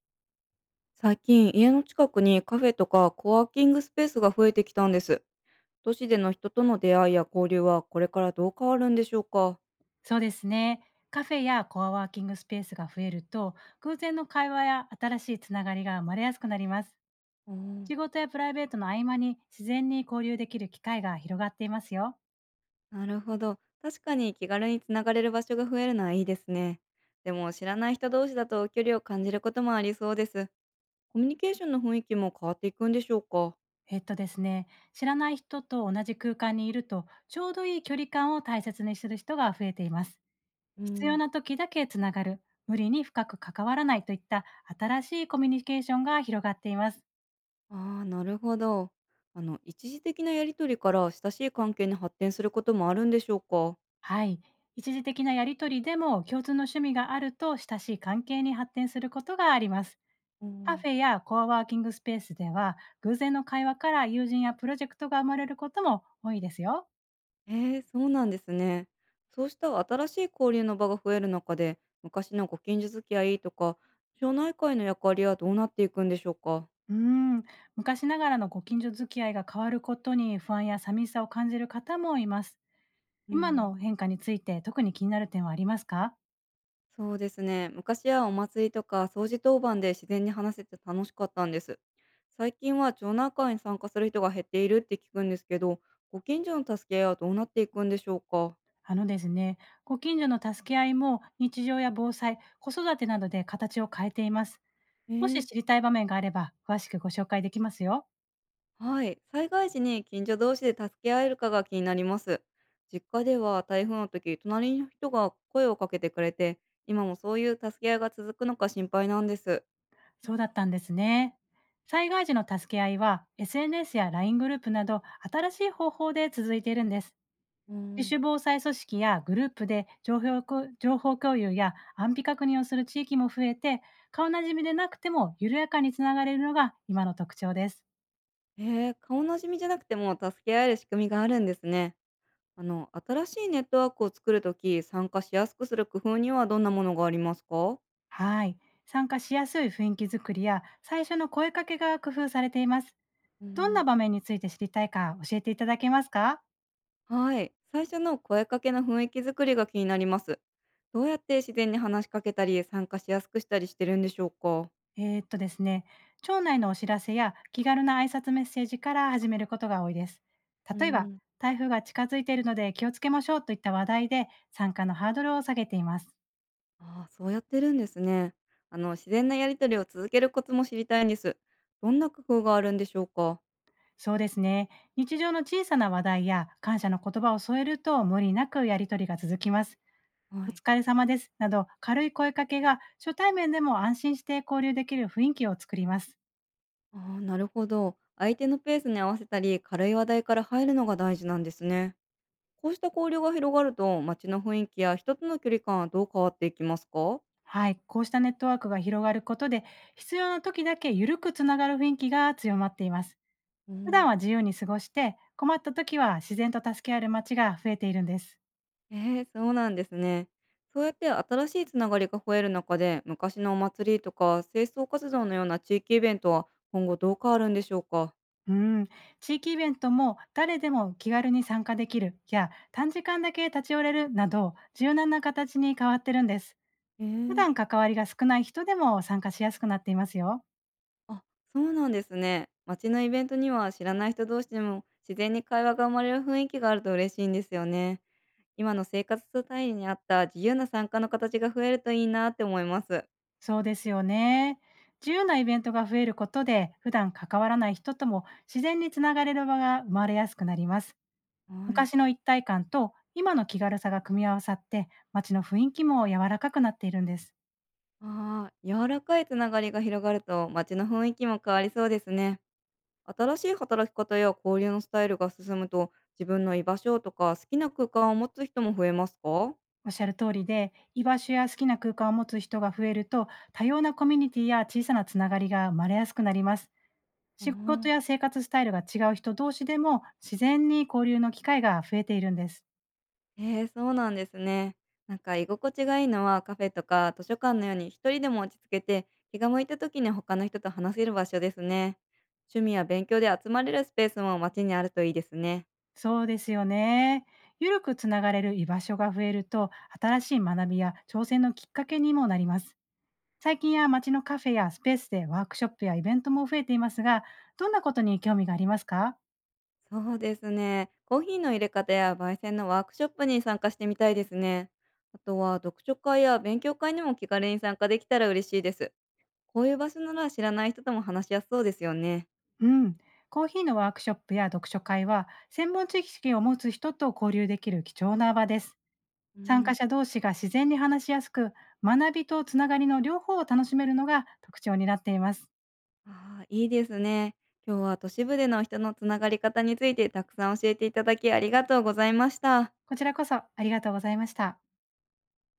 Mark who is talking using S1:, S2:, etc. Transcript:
S1: 最近家の近くにカフェとかコワーキングスペースが増えてきたんです。都市での人との出会いや交流はこれからどう変わるんでしょうか？
S2: そうですね。カフェやコアワーキングスペースが増えると、偶然の会話や新しいつながりが生まれやすくなります。
S1: おー。
S2: 仕事やプライベートの合間に自然に交流できる機会が広がっていますよ。
S1: なるほど、確かに気軽につながれる場所が増えるのはいいですね。でも知らない人同士だと距離を感じることもありそうです。コミュニケーションの雰囲気も変わっていくんでしょうか？
S2: ですね、知らない人と同じ空間にいると、ちょうどいい距離感を大切にする人が増えています。
S1: う
S2: 必要
S1: ん、
S2: な時だけつながる、無理に深く関わらないといった新しいコミュニケーションが広がっています。
S1: ああ、なるほど。あの、一時的なやりとりから親しい関係に発展することもあるんでしょうか？
S2: はい。一時的なやりとりでも共通の趣味があると親しい関係に発展することがあります。
S1: う
S2: カ
S1: ん。
S2: フェやコアワーキングスペースでは偶然の会話から友人やプロジェクトが生まれることも多いですよ。
S1: ええ、そうなんですね。そうした新しい交流の場が増える中で、昔のご近所付き合いとか、町内会の役割はどうなっていくんでしょうか。
S2: うーん、昔ながらのご近所付き合いが変わることに不安や寂しさを感じる方もいます。
S1: う
S2: 今
S1: ん、
S2: の変化について特に気になる点はありますか？
S1: そうですね。昔はお祭りとか掃除当番で自然に話せて楽しかったんです。最近は町内会に参加する人が減っているって聞くんですけど、ご近所の助け合いはどうなっていくんでしょうか。
S2: ですね、ご近所の助け合いも日常や防災、子育てなどで形を変えています。もし
S1: え
S2: 知
S1: え。
S2: りたい場面があれば、詳しくご紹介できますよ。
S1: はい、災害時に近所同士で助け合えるかが気になります。実家では台風の時、隣の人が声をかけてくれて、今もそういう助け合いが続くのか心配なんです。
S2: そうだったんですね。災害時の助け合いは、SNS や LINE グループなど、新しい方法で続いているんです。
S1: う
S2: 自
S1: ん、
S2: 主防災組織やグループで情報共有や安否確認をする地域も増えて、顔なじみでなくても緩やかにつながれるのが今の特徴です。
S1: へえ、顔なじみじゃなくても助け合える仕組みがあるんですね。あの、新しいネットワークを作るとき、参加しやすくする工夫にはどんなものがありますか？
S2: はい。参加しやすい雰囲気づくりや、最初の声かけが工夫されています。
S1: う
S2: どんな
S1: ん、
S2: 場面について知りたいか教えていただけますか？
S1: はい、最初の声かけの雰囲気作りが気になります。どうやって自然に話しかけたり、参加しやすくしたりしてるんでしょうか？
S2: ですね、町内のお知らせや気軽な挨拶メッセージから始めることが多いです。
S1: うー
S2: 例えば、
S1: ん、
S2: 台風が近づいているので気をつけましょうといった話題で参加のハードルを下げています。
S1: ああ、そうやってるんですね。あの、自然なやり取りを続けるコツも知りたいんです。どんな工夫があるんでしょうか？
S2: そうですね、日常の小さな話題や感謝の言葉を添えると無理なくやりとりが続きます。
S1: は
S2: お
S1: い。
S2: 疲れ様ですなど軽い声かけが初対面でも安心して交流できる雰囲気を作ります。
S1: ああ、なるほど。相手のペースに合わせたり、軽い話題から入るのが大事なんですね。こうした交流が広がると、街の雰囲気や人との距離感はどう変わっていきますか？
S2: はい、こうしたネットワークが広がることで必要な時だけ緩くつながる雰囲気が強まっています。
S1: う
S2: 普段
S1: ん。
S2: は自由に過ごして、困った時は自然と助け合える街が増えているんです。
S1: えー、そうなんですね。そうやって新しいつながりが増える中で、昔のお祭りとか清掃活動のような地域イベントは今後どう変わるんでしょうか？
S2: うん、地域イベントも誰でも気軽に参加できるや短時間だけ立ち寄れるなど柔軟な形に変わってるんです。
S1: え
S2: 普
S1: え。
S2: 段関わりが少ない人でも参加しやすくなっていますよ。
S1: あ、そうなんですね。街のイベントには知らない人同士でも自然に会話が生まれる雰囲気があると嬉しいんですよね。今の生活スタイルに合った自由な参加の形が増えるといいなって思います。
S2: そうですよね。自由なイベントが増えることで普段関わらない人とも自然につながれる場が生まれやすくなります。
S1: はい。
S2: 昔の一体感と今の気軽さが組み合わさって街の雰囲気も柔らかくなっているんです。
S1: ああ、柔らかいつながりが広がると街の雰囲気も変わりそうですね。新しい働き方や交流のスタイルが進むと、自分の居場所とか好きな空間を持つ人も増えますか？
S2: おっしゃる通りで居場所や好きな空間を持つ人が増えると多様なコミュニティや小さなつながりが生まれやすくなります。
S1: ああ
S2: 仕事
S1: ー、
S2: や生活スタイルが違う人同士でも自然に交流の機会が増えているんです。
S1: へえ、そうなんですね。なんか居心地がいいのはカフェとか図書館のように一人でも落ち着けて気が向いた時に他の人と話せる場所ですね。趣味や勉強で集まれるスペースも街にあるといいですね。
S2: そうですよね。ゆるくつながれる居場所が増えると新しい学びや挑戦のきっかけにもなります。最近は街のカフェやスペースでワークショップやイベントも増えていますが、どんなことに興味がありますか？
S1: そうですね。コーヒーの入れ方や焙煎のワークショップに参加してみたいですね。あとは読書会や勉強会にも気軽に参加できたら嬉しいです。こういう場所なら知らない人とも話しやすそうですよね。
S2: うん。コーヒーのワークショップや読書会は、専門知識を持つ人と交流できる貴重な場です。
S1: う
S2: 参加
S1: ん。
S2: 者同士が自然に話しやすく、学びとつながりの両方を楽しめるのが特徴になっています。
S1: ああ、いいですね。今日は都市部での人のつながり方についてたくさん教えていただきありがとうございました。
S2: こちらこそありがとうございました。